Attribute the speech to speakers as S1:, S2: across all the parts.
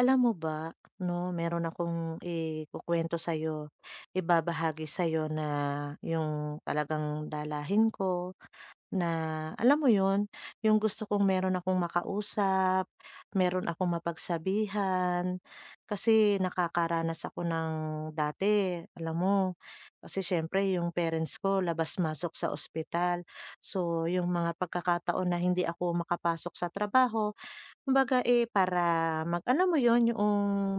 S1: Alam mo ba, 'no, meron akong ikukuwento sa'yo, ibabahagi sa'yo na yung talagang dalahin ko na alam mo yun, yung gusto kong meron akong makausap, meron akong mapagsabihan. Kasi nakakaranas ako ng dati, alam mo, kasi siyempre yung parents ko labas-masok sa ospital. So, yung mga pagkakataon na hindi ako makapasok sa trabaho. Kumbaga, eh, para mag alam mo yon yung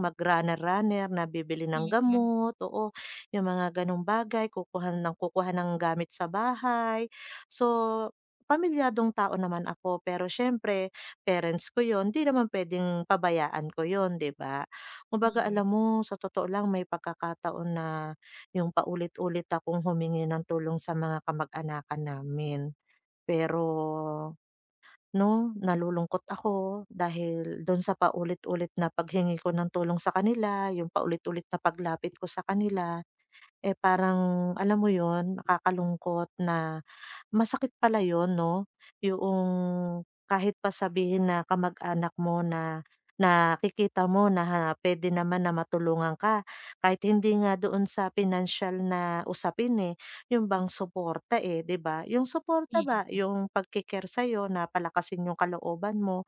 S1: mag-runner-runner na bibili ng
S2: Mm,
S1: gamot, oo, yung mga gano'ng bagay, kukuha ng gamit sa bahay. So, pamilyadong tao naman ako, pero siyempre parents ko yon, 'di naman puwedeng pabayaan ko yon, 'di ba?
S2: mm,
S1: Kumbaga,
S2: mm,
S1: alam mo, sa totoo lang may pagkakataon na yung paulit-ulit akong humingi ng tulong sa mga kamag-anakan namin, pero 'no, nalulungkot ako dahil do'n sa paulit-ulit na paghingi ko ng tulong sa kanila, yung paulit-ulit na paglapit ko sa kanila, eh, parang alam mo yon, nakakalungkot na masakit pala yun, 'no, yung kahit pa sabihin na kamag-anak mo na nakikita mo na ha puwede naman na matulungan ka, kahit hindi nga doon sa financial na usapin, eh, yun bang suporta, eh, 'di ba? Yung suporta ba,
S2: mm.
S1: yung pagke-care sa'yo na palakasin yung kalooban mo,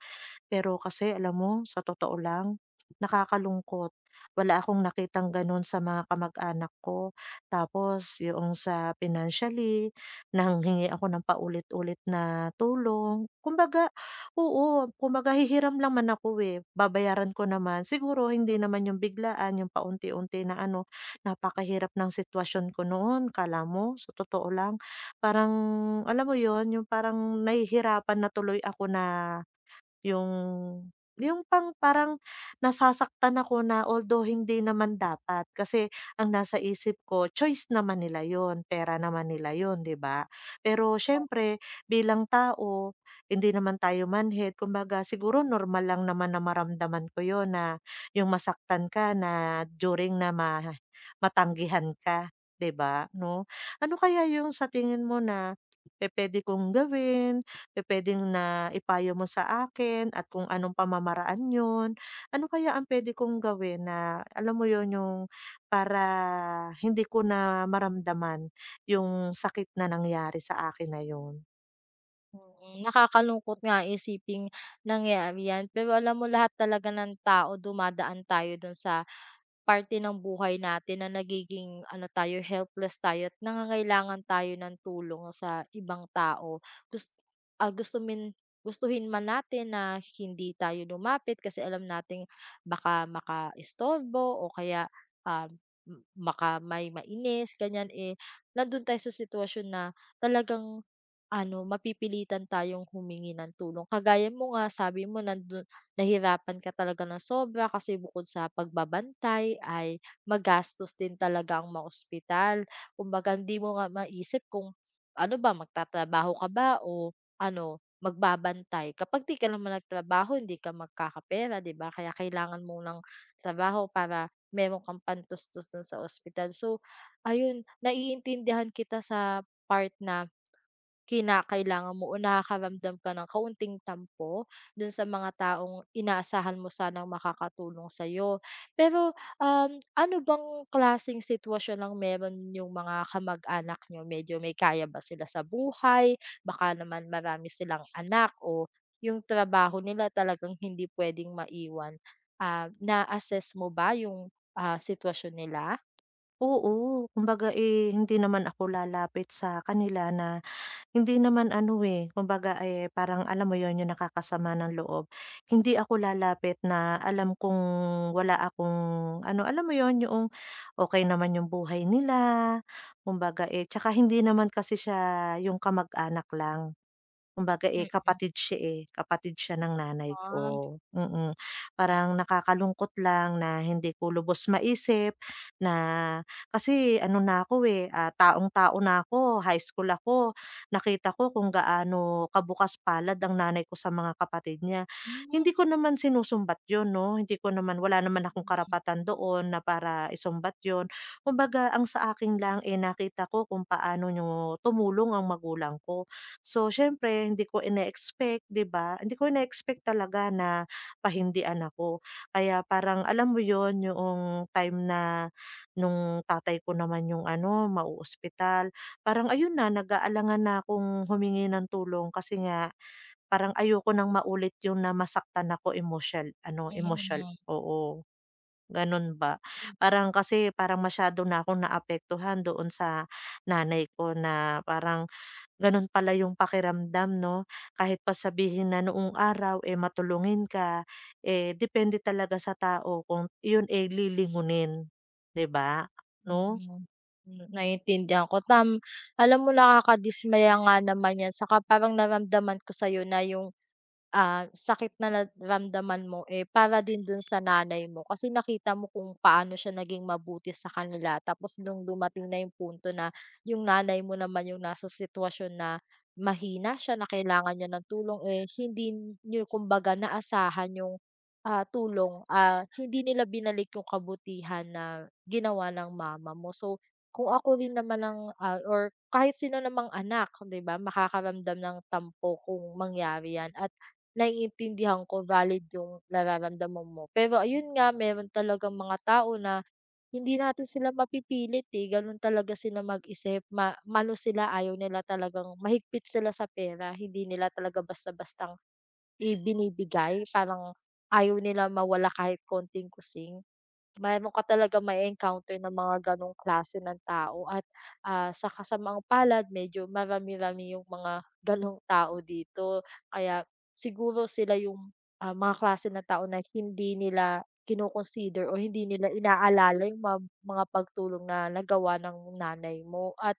S1: pero kasi alam mo, sa totoo lang, nakakalungkot. Wala akong nakitang gano'n sa mga kamag-anak ko. Tapos yung sa financially, nanghingi ako ng paulit-ulit na tulong. Kumbaga oo, kumbaga hihiram lang man ako, eh, babayaran ko naman. Siguro hindi naman yung biglaan, yung paunti-unti na ano, napakahirap ng sitwasyon ko noon. Akala mo sa totoo lang, parang alam mo yon yung parang nahihirapan na tuloy ako na yung yung pang parang nasasaktan ako na although hindi naman dapat kasi ang nasa isip ko choice naman nila yon, pera naman nila yon, 'di ba? Pero siyempre bilang tao, hindi naman tayo manhid, kumbaga siguro normal lang naman na maramdaman ko yon na yung masaktan ka na during na ma matanggihan ka, 'di ba, 'no? Ano kaya yung sa tingin mo na pupuwede kong gawin, pupuwedeng na ipayo mo sa akin at kung anong pamamaraan 'yun. Ano kaya ang puwede kong gawin na alam mo 'yun, yung para hindi ko na maramdaman yung sakit na nangyari sa akin na 'yun.
S2: Nakakalungkot nga isiping nangyari 'yan, pero alam mo lahat talaga ng tao dumadaan tayo dun sa parte ng buhay natin na nagiging ano tayo, helpless tayo at nangangailangan tayo ng tulong sa ibang tao. Gus ah, gusto min gustuhin man natin na hindi tayo lumapit kasi alam nating baka makaistorbo o kaya, um, m maka may mainis ganyan, eh, nandun tayo sa sitwasyon na talagang ano, mapipilitan tayong humingi ng tulong. Kagaya mo nga, sabi mo nahirapan ka talaga ng sobra kasi bukod sa pagbabantay ay magastos din talaga ang ma-ospital. Kumbaga hindi mo nga maisip kung ano ba, magtatrabaho ka ba o ano, magbabantay. Kapag 'di ka naman nagtrabaho, hindi ka magkakapera, 'di ba? Kaya kailangan mo ng trabaho para meron kang pantustos dun sa ospital. So, ayun, naiintindihan kita sa part na kinakailangan mo o nakakaramdam ka ng kaunting tampo dun sa mga taong inaasahan mo sanang makakatulong sa'yo. Pero, ano bang klaseng sitwasyon lang meron yung mga kamag-anak niyo? Medyo may kaya ba sila sa buhay? Baka naman marami silang anak o yung trabaho nila talagang hindi puwedeng maiwan. Ah, na-assess mo ba yung, ah, sitwasyon nila?
S1: Oo, kumbaga, eh, hindi naman ako lalapit sa kanila na hindi naman ano, eh, kumbaga, eh, parang alam mo 'yun, yung nakakasama ng loob. Hindi ako lalapit na alam kong wala akong ano, alam mo 'yun, yung okay naman yung buhay nila, kumbaga, eh, 'tsaka hindi naman kasi siya yung kamag-anak lang. Kumbaga,
S2: Mm,
S1: eh, kapatid siya ng nanay
S2: ah,
S1: ko, mm. Parang nakakalungkot lang na hindi ko lubos maisip na kasi ano na ako, eh, ah, taong-tao na ako, high school ako. Nakita ko kung gaano kabukas-palad ang nanay ko sa mga kapatid niya.
S2: hmm,
S1: Hindi ko naman sinusumbat 'yun, 'no, hindi ko naman, wala naman akong karapatan doon na para isumbat 'yun. Kumbaga, ang sa akin lang, eh, nakita ko kung paano niyo tumulong ang magulang ko. So, siyempre hindi ko ine-expect, 'di ba? Hindi ko ine-expect talaga na pahindian ako. Kaya parang alam mo yon yung time na nung tatay ko naman yung ano, mau parang ayun na, nag-aalangan na akong humingi ng tulong kasi nga parang ayoko nang maulit yung na masaktan ako emotional, ano, emotional,
S2: mm.
S1: oo, gano'n ba.
S2: Mm.
S1: Parang kasi parang masyado na akong naapektuhan doon sa nanay ko na parang gano'n pala yung pakiramdam, 'no, kahit pa sabihin na noong araw, eh, matulungin ka, eh, depende talaga sa tao kung yun, eh, lilingunin, 'di ba, 'no?
S2: Mm. Hmm, naiintindihan ko alam mo, nakakadismaya nga naman 'yan, saka parang naramdaman ko sa'yo na yung ah, sakit na naramdaman mo, eh, para din dun sa nanay mo, kasi nakita mo kung paano siya naging mabuti sa kanila. Tapos nung dumating na yung punto na yung nanay mo naman yung nasa sitwasyon na mahina siya, na kailangan niya ng tulong, eh, hindi niyo kumbaga naasahan yung, ah, tulong, ah, hindi nila binalik yung kabutihan na ginawa ng mama mo. So, kung ako rin naman ang, ah, or kahit sino namang anak, 'di ba, makakaramdam ng tampo kung mangyari 'yan. At naiintindihan ko, valid yung nararamdaman mo. Pero ayun nga, meron talagang mga tao na hindi natin sila mapipilit, eh, ganun talaga sila mag-isip, maano sila, ayaw nila, talagang mahigpit sila sa pera, hindi nila talaga basta-bastang ibinibigay, parang ayaw nila mawala kahit konting kusing. Meron ka talagang ma encounter na mga gano'ng klase ng tao at, ah, sa kasamaang palad medyo marami-rami yung mga gano'ng tao dito. Kaya siguro sila yung, ah, mga klase ng tao na hindi nila kino o hindi nila inaalala yung mga pagtulong na nagawa ng nanay mo. At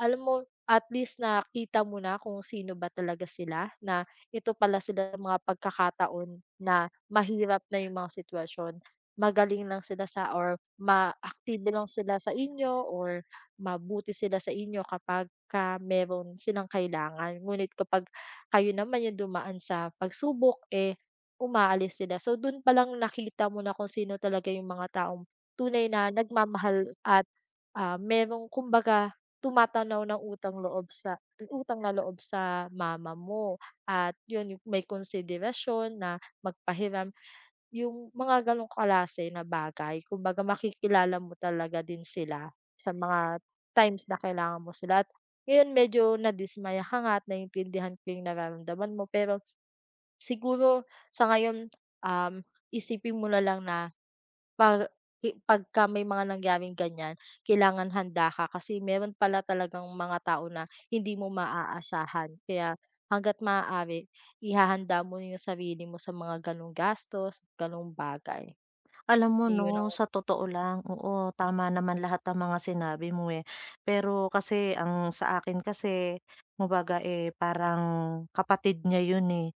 S2: alam mo, at least nakita mo na kung sino ba talaga sila, na ito pala sila, mga pagkakataon na mahirap na yung mga sitwasyon. Magaling lang sila sa or maaktibo lang sila sa inyo or mabuti sila sa inyo kapag ka meron silang kailangan. Ngunit kapag kayo naman yung dumaan sa pagsubok, eh, umaalis sila. So, dun palang nakita mo na kung sino talaga yung mga taong tunay na nagmamahal at, ah, merong kumbaga tumatanaw ng utang-loob sa utang na loob sa mama mo, at yun yung may konsiderasyon na magpahiram, yung mga ganong klase na bagay. Kumbaga makikilala mo talaga din sila sa mga times na kailangan mo sila. At ngayon medyo nadismaya ka nga, at naintindihan ko yung nararamdaman mo, pero siguro sa ngayon, um, isipin mo na lang na 'Pag pagka may mga nangyaring ganyan, kailangan handa ka, kasi meron pala talagang mga tao na hindi mo maaasahan. Kaya hangga't maaari, ihahanda mo yung sarili mo sa mga gano'ng gastos, gano'ng bagay.
S1: Alam mo
S2: Iyon
S1: 'no,
S2: ang.
S1: sa totoo lang, oo, tama naman lahat ng mga sinabi mo, eh. Pero kasi ang sa akin kasi, kumbaga, eh, parang kapatid niya 'yun, eh.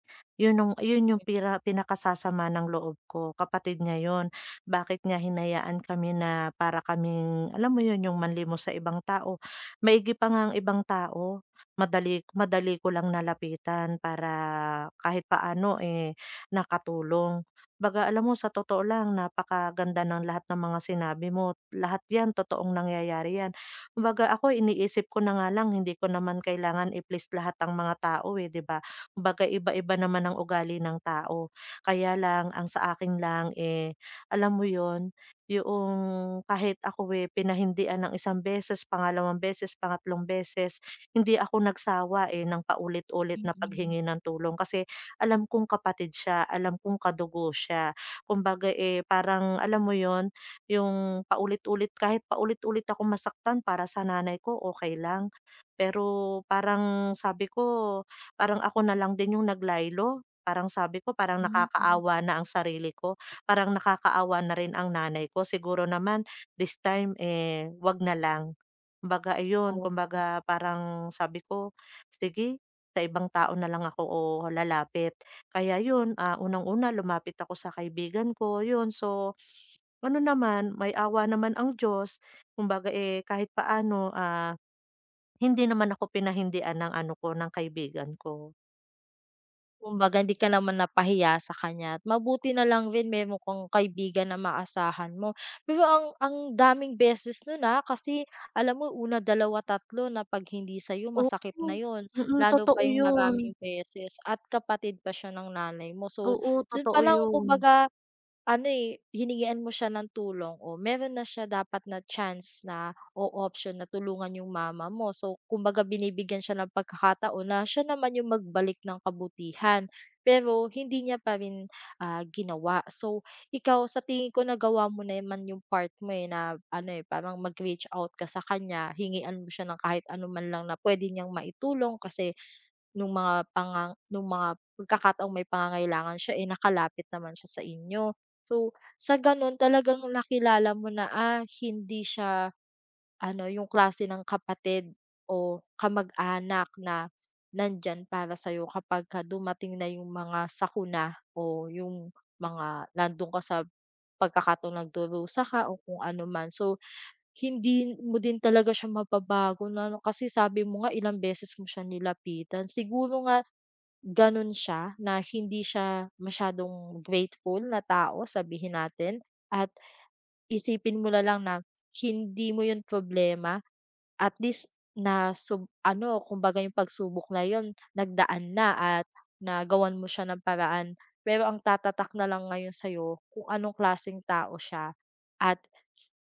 S1: 'Yun ang 'yun yung pira pinakasasama ng loob ko, kapatid niya 'yun. Bakit niya hinayaan kami na para kaming alam mo 'yun, yung manlimos sa ibang tao. Maigi pa nga ang ibang tao, madali madali ko lang nalapitan para kahit paano, eh, nakatulong. 'Baga alam mo sa totoo lang napakaganda ng lahat ng mga sinabi mo, lahat 'yan totoong nangyayari 'yan. Kumbaga ako iniisip ko na nga lang hindi ko naman kailangan i-please lahat ang mga tao, eh, 'di ba? Kumbaga iba-iba naman ang ugali ng tao. Kaya lang ang sa akin lang, eh, alam mo yon, yung kahit ako, eh, pinahindian ng isang beses, pangalawang beses, pangatlong beses, hindi ako nagsawa, eh, ng paulit-ulit
S2: Mm,
S1: na
S2: mm.
S1: paghingi ng tulong kasi alam kong kapatid siya, alam kong kadugo siya. Kumbaga, eh, parang alam mo yon, yung paulit-ulit kahit paulit-ulit ako masaktan para sa nanay ko okay lang. Pero parang sabi ko, parang ako na lang din yung naglaylo. Parang sabi ko parang
S2: Mm,
S1: nakakaawa na ang sarili ko, parang nakakaawa na rin ang nanay ko. Siguro naman this time, eh, 'wag na lang. Kumbaga ayun,
S2: mm.
S1: kumbaga parang sabi ko, "Sige, sa ibang tao na lang ako o lalapit." Kaya yun, ah, unang-una lumapit ako sa kaibigan ko, yun. So, ano naman, may awa naman ang Diyos. Kumbaga, eh, kahit paano, ah, hindi naman ako pinahindian ng ano ko, ng kaibigan ko.
S2: Kumbaga hindi ka naman napahiya sa kanya, at mabuti na lang rin meron kang kaibigan na maasahan mo. Pero ang daming beses nun, na kasi alam mo, una, dalawa, tatlo na 'pag hindi sa'yo,
S1: Oo.
S2: masakit na yon.
S1: Mm,
S2: Lalo pa
S1: totoo
S2: yung
S1: yun.
S2: maraming beses, at kapatid pa siya ng nanay mo. So,
S1: Oo,
S2: dun
S1: totoo
S2: pa lang
S1: yun.
S2: kumbaga ano, eh, hiningian mo siya ng tulong, o meron na siya dapat na chance na o option na tulungan yung mama mo. So, kumbaga binibigyan siya ng pagkakataon na siya naman yung magbalik ng kabutihan, pero hindi niya pa rin, ah, ginawa. So, ikaw sa tingin ko nagawa mo naman yung part mo, eh, na ano, eh, parang mag-reach out ka sa kanya, hingian mo siya ng kahit ano man lang na puwede niyang maitulong kasi nung mga pagkakataong may pangangailangan siya, eh, nakalapit naman siya sa inyo. So, sa gano'n talagang nakilala mo na, ah, hindi siya ano, yung klase ng kapatid o kamag-anak na nandyan para sa'yo kapagka dumating na yung mga sakuna o yung mga nando'n ka sa pagkakataong nagdurusa ka o kung ano man. So, hindi mo din talaga siya mababago na ano, kasi sabi mo nga ilang beses mo siya nilapitan. Siguro nga gano'n siya, na hindi siya masyadong grateful na tao sabihin natin. At isipin mo na lang na hindi mo 'yun problema. At least na ano, kumbaga yung pagsubok na 'yun nagdaan na, at nagawan mo siya ng paraan. Pero ang tatatak na lang ngayon sa'yo kung anong klaseng tao siya, at,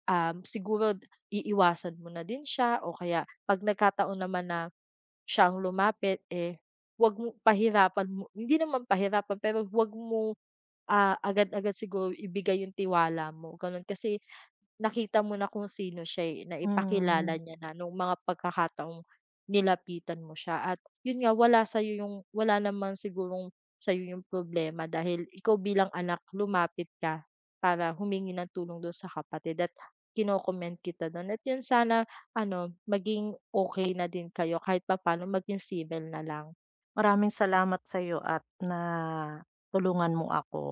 S2: siguro iiwasan mo na din siya o kaya 'pag nagkataon naman na siya ang lumapit, eh, wag mo pahirapan mo, hindi naman pahirapan pero wag mo, ah, agad-agad siguro ibigay yung tiwala mo, gano'n. Kasi nakita mo na kung sino siya, eh, na ipakilala
S1: Hmm.
S2: niya na nung mga pagkakataong nilapitan mo siya. At yun nga, wala sa'yo yung, wala naman sigurong sa'yo yung problema, dahil ikaw bilang anak, lumapit ka para humingi ng tulong dun sa kapatid. At comment kita dun, at yun sana ano, maging okay na din kayo kahit pa paano, maging civil na lang.
S1: Maraming salamat sa'yo at na tulungan mo ako.